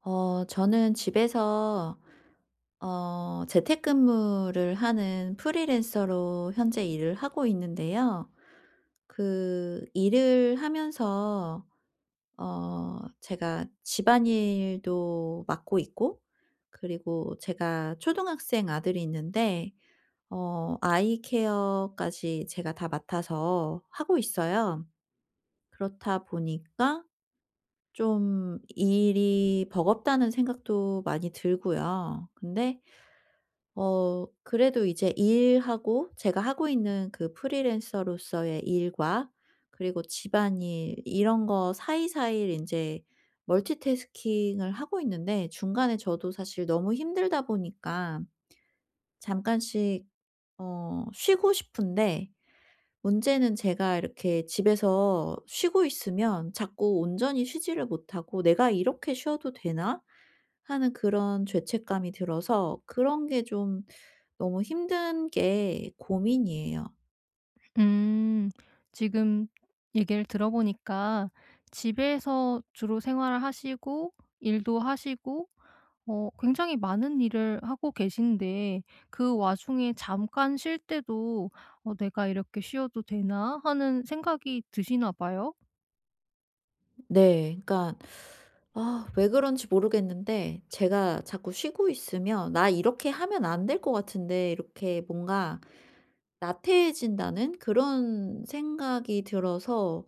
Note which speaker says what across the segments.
Speaker 1: 저는 집에서 재택근무를 하는 프리랜서로 현재 일을 하고 있는데요. 그 일을 하면서 제가 집안일도 맡고 있고, 그리고 제가 초등학생 아들이 있는데 아이 케어까지 제가 다 맡아서 하고 있어요. 그렇다 보니까 좀 일이 버겁다는 생각도 많이 들고요. 근데 그래도 이제 일하고, 제가 하고 있는 그 프리랜서로서의 일과 그리고 집안일, 이런 거 사이사이 인제 멀티태스킹을 하고 있는데, 중간에 저도 사실 너무 힘들다 보니까 잠깐씩 쉬고 싶은데, 문제는 제가 이렇게 집에서 쉬고 있으면 자꾸 온전히 쉬지를 못하고 '내가 이렇게 쉬어도 되나?' 하는 그런 죄책감이 들어서 그런 게 좀 너무 힘든 게 고민이에요.
Speaker 2: 음. 지금 얘기를 들어보니까 집에서 주로 생활을 하시고 일도 하시고 굉장히 많은 일을 하고 계신데 그 와중에 잠깐 쉴 때도 '어 내가 이렇게 쉬어도 되나?' 하는 생각이 드시나 봐요?
Speaker 1: 네. 그러니까 아, 왜 그런지 모르겠는데 제가 자꾸 쉬고 있으면 '나 이렇게 하면 안 될 것 같은데.' 이렇게 뭔가 나태해진다는 그런 생각이 들어서,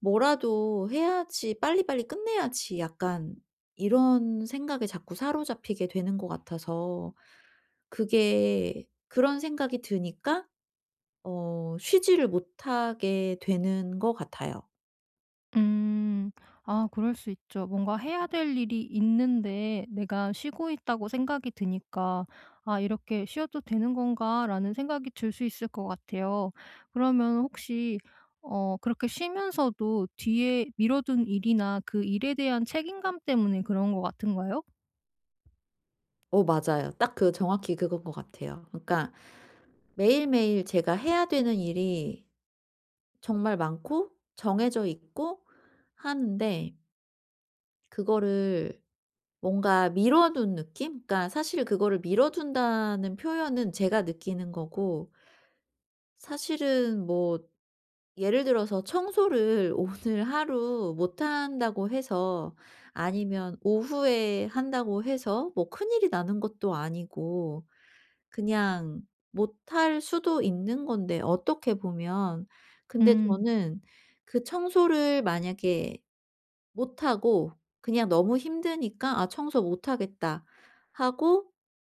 Speaker 1: '뭐라도 해야지. 빨리빨리 끝내야지.' 약간 이런 생각에 자꾸 사로잡히게 되는 것 같아서, 그게 그런 생각이 드니까 쉬지를 못하게 되는 것 같아요.
Speaker 2: 음. 아 그럴 수 있죠. 뭔가 해야 될 일이 있는데 내가 쉬고 있다고 생각이 드니까 '아 이렇게 쉬어도 되는 건가?'라는 생각이 들 수 있을 것 같아요. 그러면 혹시 그렇게 쉬면서도 뒤에 미뤄둔 일이나 그 일에 대한 책임감 때문에 그런 것 같은가요?
Speaker 1: 맞아요. 딱 그 정확히 그건 것 같아요. 그러니까 매일매일 제가 해야 되는 일이 정말 많고 정해져 있고 하는데, 그거를 뭔가 미뤄둔 느낌? 그러니까 사실 그거를 미뤄둔다는 표현은 제가 느끼는 거고, 사실은 뭐 예를 들어서 청소를 오늘 하루 못 한다고 해서, 아니면 오후에 한다고 해서 뭐 큰일이 나는 것도 아니고, 그냥 못 할 수도 있는 건데 어떻게 보면. 근데
Speaker 2: 음.
Speaker 1: 저는 그 청소를 만약에 못 하고, 그냥 너무 힘드니까 '아, 청소 못 하겠다.' 하고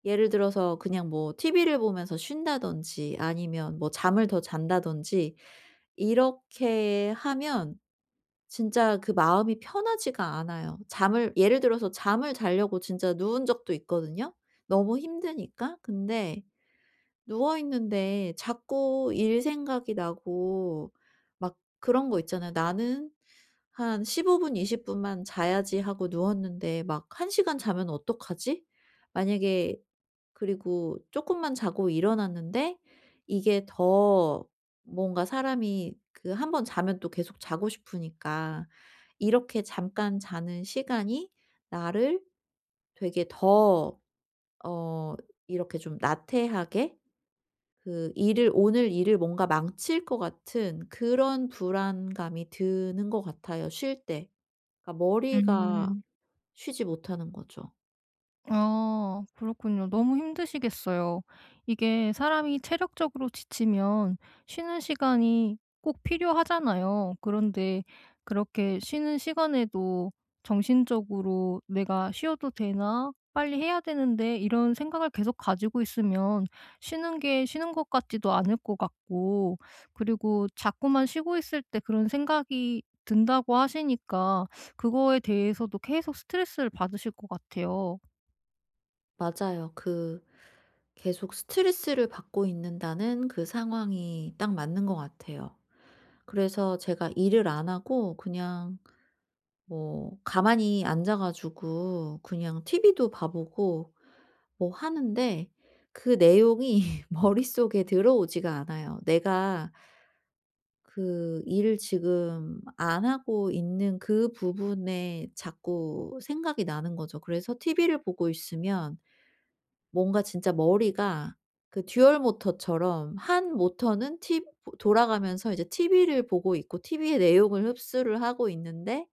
Speaker 1: 예를 들어서 그냥 뭐 TV를 보면서 쉰다든지, 아니면 뭐 잠을 더 잔다든지 이렇게 하면 진짜 그 마음이 편하지가 않아요. 잠을 예를 들어서 잠을 자려고 진짜 누운 적도 있거든요, 너무 힘드니까. 근데 누워 있는데 자꾸 일 생각이 나고, 막 그런 거 있잖아요. '나는 한 15분 20 분만 자야지.' 하고 누웠는데, 막 1 시간 자면 어떡하지? 만약에. 그리고 조금만 자고 일어났는데 이게 더, 뭔가 사람이 그 한 번 자면 또 계속 자고 싶으니까, 이렇게 잠깐 자는 시간이 나를 되게 더 어 이렇게 좀 나태하게, 그 일을 오늘 일을 뭔가 망칠 것 같은 그런 불안감이 드는 것 같아요, 쉴 때. 그러니까 머리가
Speaker 2: 음.
Speaker 1: 쉬지 못하는 거죠.
Speaker 2: 아 그렇군요. 너무 힘드시겠어요. 이게 사람이 체력적으로 지치면 쉬는 시간이 꼭 필요하잖아요. 그런데 그렇게 쉬는 시간에도 정신적으로 '내가 쉬어도 되나? 빨리 해야 되는데.' 이런 생각을 계속 가지고 있으면 쉬는 게 쉬는 것 같지도 않을 것 같고, 그리고 자꾸만 쉬고 있을 때 그런 생각이 든다고 하시니까 그거에 대해서도 계속 스트레스를 받으실 것 같아요.
Speaker 1: 맞아요. 그 계속 스트레스를 받고 있는다는 그 상황이 딱 맞는 것 같아요. 그래서 제가 일을 안 하고 그냥 뭐 가만히 앉아 가지고 그냥 TV도 봐 보고 뭐 하는데, 그 내용이 머릿속에 들어오지가 않아요. 내가 그 일을 지금 안 하고 있는 그 부분에 자꾸 생각이 나는 거죠. 그래서 TV를 보고 있으면 뭔가 진짜 머리가 그 듀얼 모터처럼, 한 모터는 티 돌아가면서 이제 TV를 보고 있고 TV의 내용을 흡수를 하고 있는데,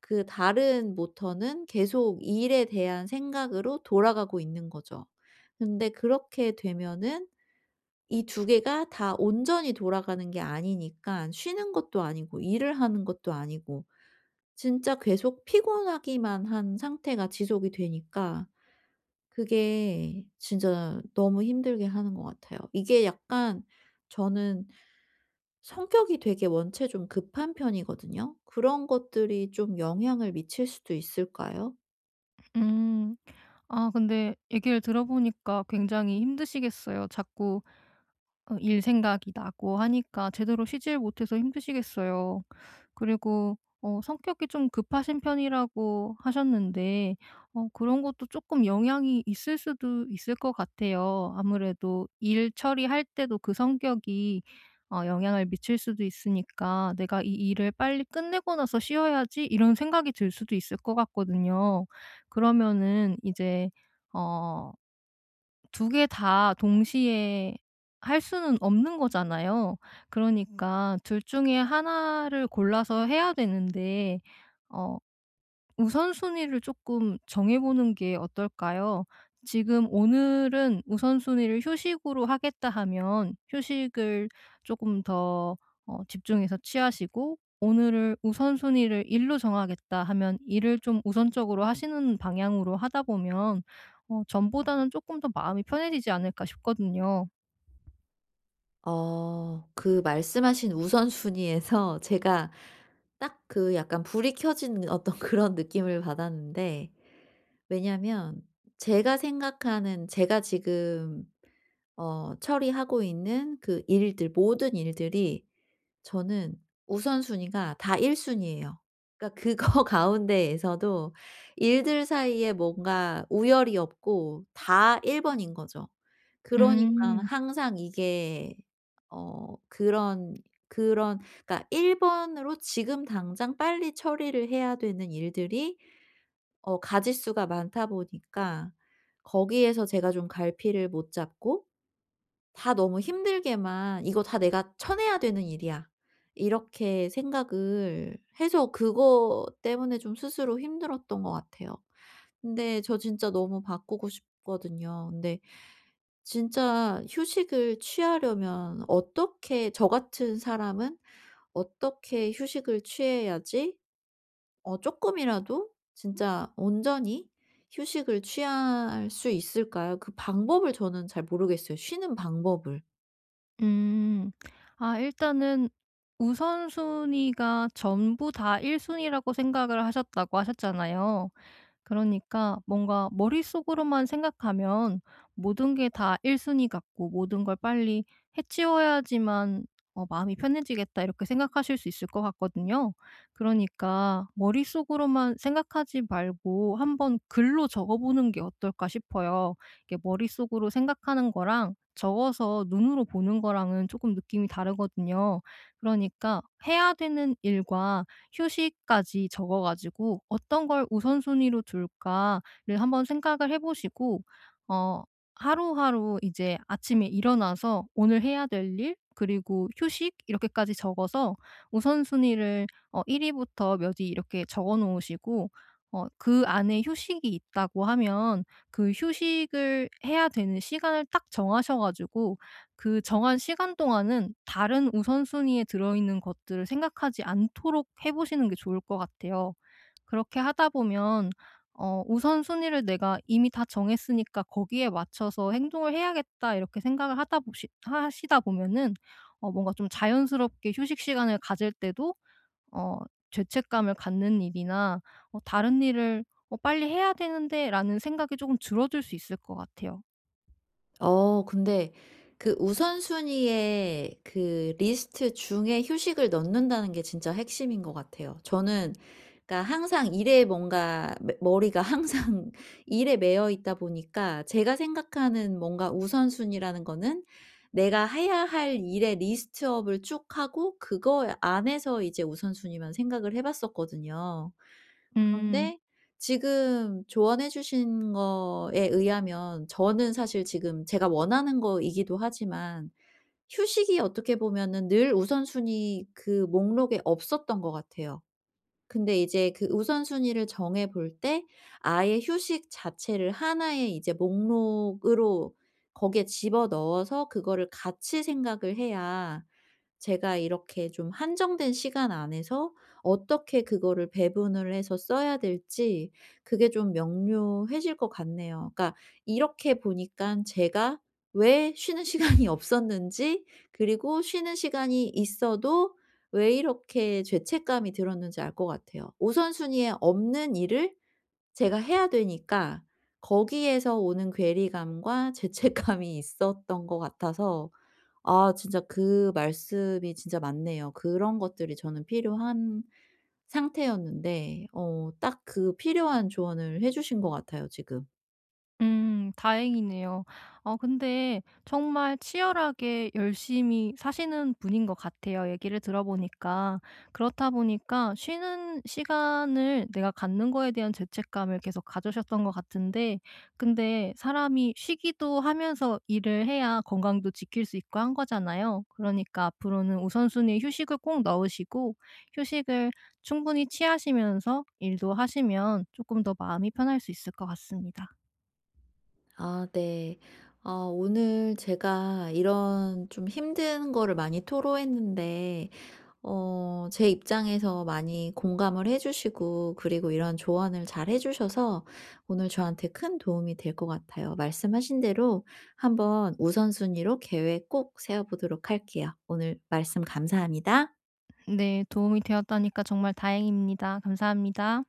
Speaker 1: 그 다른 모터는 계속 일에 대한 생각으로 돌아가고 있는 거죠. 근데 그렇게 되면은 이 두 개가 다 온전히 돌아가는 게 아니니까, 쉬는 것도 아니고 일을 하는 것도 아니고, 진짜 계속 피곤하기만 한 상태가 지속이 되니까, 그게 진짜 너무 힘들게 하는 것 같아요. 이게 약간, 저는 성격이 되게 원체 좀 급한 편이거든요. 그런 것들이 좀 영향을 미칠 수도 있을까요?
Speaker 2: 음. 아 근데 얘기를 들어보니까 굉장히 힘드시겠어요. 자꾸 일 생각이 나고 하니까 제대로 쉬질 못해서 힘드시겠어요. 그리고 성격이 좀 급하신 편이라고 하셨는데 그런 것도 조금 영향이 있을 수도 있을 것 같아요. 아무래도 일 처리할 때도 그 성격이 영향을 미칠 수도 있으니까 '내가 이 일을 빨리 끝내고 나서 쉬어야지.' 이런 생각이 들 수도 있을 것 같거든요. 그러면은 이제 어 두 개 다 동시에 할 수는 없는 거잖아요. 그러니까 둘 중에 하나를 골라서 해야 되는데 어 우선순위를 조금 정해보는 게 어떨까요? 지금 오늘은 우선순위를 휴식으로 하겠다 하면 휴식을 조금 더 집중해서 취하시고, 오늘을 우선순위를 일로 정하겠다 하면 일을 좀 우선적으로 하시는 방향으로 하다 보면 전보다는 조금 더 마음이 편해지지 않을까 싶거든요.
Speaker 1: 그 말씀하신 우선순위에서 제가 딱 그 약간 불이 켜진 어떤 그런 느낌을 받았는데, 왜냐면 제가 생각하는, 제가 지금 처리하고 있는 그 일들, 모든 일들이 저는 우선순위가 다 1 순위예요. 그러니까 그거 가운데에서도 일들 사이에 뭔가 우열이 없고 다 1 번인 거죠.
Speaker 2: 음.
Speaker 1: 그러니깐
Speaker 2: 음.
Speaker 1: 항상 이게 어 그런 그런, 그러니까 1 번으로 지금 당장 빨리 처리를 해야 되는 일들이 가짓수가 많다 보니까, 거기에서 제가 좀 갈피를 못 잡고 다 너무 힘들게만 '이거 다 내가 쳐내야 되는 일이야.' 이렇게 생각을 해서, 그거 때문에 좀 스스로 힘들었던 것 같아요. 근데 저 진짜 너무 바꾸고 싶거든요. 근데 진짜 휴식을 취하려면, 어떻게 저 같은 사람은 어떻게 휴식을 취해야지 쪼끔이라도 진짜 온전히 휴식을 취할 수 있을까요? 그 방법을 저는 잘 모르겠어요, 쉬는 방법을.
Speaker 2: 음. 아 일단은 우선순위가 전부 다 1 순위라고 생각을 하셨다고 하셨잖아요. 그러니까 뭔가 머릿속으로만 생각하면 모든 게 다 1 순위 같고 '모든 걸 빨리 해 치워야지만 마음이 편해지겠다.' 이렇게 생각하실 수 있을 것 같거든요. 그러니까 머릿속으로만 생각하지 말고 한번 글로 적어 보는 게 어떨까 싶어요. 이게 머릿속으로 생각하는 거랑 적어서 눈으로 보는 거랑은 조금 느낌이 다르거든요. 그러니까 해야 되는 일과 휴식까지 적어 가지고 '어떤 걸 우선순위로 둘까?'를 한번 생각을 해 보시고, 어 하루하루 이제 아침에 일어나서 오늘 해야 될 일 그리고 휴식 이렇게까지 적어서 우선순위를 1 위부터 몇 위 이렇게 적어 놓으시고, 그 안에 휴식이 있다고 하면 그 휴식을 해야 되는 시간을 딱 정하셔 가지고 그 정한 시간 동안은 다른 우선순위에 들어있는 것들을 생각하지 않도록 해 보시는 게 좋을 것 같아요. 그렇게 하다 보면 '우선순위를 내가 이미 다 정했으니까 거기에 맞춰서 행동을 해야겠다.' 이렇게 생각을 하다 보시 하시다 보면은 뭔가 좀 자연스럽게 휴식 시간을 가질 때도 어 죄책감을 갖는 일이나 '다른 일을 빨리 해야 되는데.'라는 생각이 조금 줄어들 수 있을 것 같아요.
Speaker 1: 근데 그 우선순위의 그 리스트 중에 휴식을 넣는다는 게 진짜 핵심인 것 같아요. 저는 그러니까 항상 일에 뭔가 머리가 항상 일에 매여 있다 보니까, 제가 생각하는 뭔가 우선순위라는 거는 내가 해야 할 일의 리스트업을 쭉 하고, 그거 안에서 이제 우선순위만 생각을 해봤었거든요.
Speaker 2: 음.
Speaker 1: 그런데 지금 조언해 주신 거에 의하면, 저는 사실 지금 제가 원하는 거이기도 하지만 휴식이 어떻게 보면은 늘 우선순위 그 목록에 없었던 것 같아요. 근데 이제 그 우선순위를 정해 볼 때 아예 휴식 자체를 하나의 이제 목록으로 거기에 집어넣어서 그거를 같이 생각을 해야, 제가 이렇게 좀 한정된 시간 안에서 어떻게 그거를 배분을 해서 써야 될지 그게 좀 명료해질 것 같네요. 그러니까 이렇게 보니까 제가 왜 쉬는 시간이 없었는지, 그리고 쉬는 시간이 있어도 왜 이렇게 죄책감이 들었는지 알 것 같아요. 우선순위에 없는 일을 제가 해야 되니까, 거기에서 오는 괴리감과 죄책감이 있었던 것 같아서. 아, 진짜 그 말씀이 진짜 맞네요. 그런 것들이 저는 필요한 상태였는데 딱 그 필요한 조언을 해 주신 것 같아요 지금.
Speaker 2: 다행이네요. 근데 정말 치열하게 열심히 사시는 분인 것 같아요, 얘기를 들어보니까. 그렇다 보니까 쉬는 시간을 내가 갖는 거에 대한 죄책감을 계속 가져셨던 것 같은데, 근데 사람이 쉬기도 하면서 일을 해야 건강도 지킬 수 있고 한 거잖아요. 그러니까 앞으로는 우선순위에 휴식을 꼭 넣으시고 휴식을 충분히 취하시면서 일도 하시면 조금 더 마음이 편할 수 있을 것 같습니다.
Speaker 1: 아, 네. 아, 오늘 제가 이런 좀 힘든 거를 많이 토로했는데, 어 제 입장에서 많이 공감을 해 주시고, 그리고 이런 조언을 잘 해 주셔서 오늘 저한테 큰 도움이 될 것 같아요. 말씀하신 대로 한번 우선순위로 계획 꼭 세워 보도록 할게요. 오늘 말씀 감사합니다.
Speaker 2: 네. 도움이 되었다니까 정말 다행입니다. 감사합니다.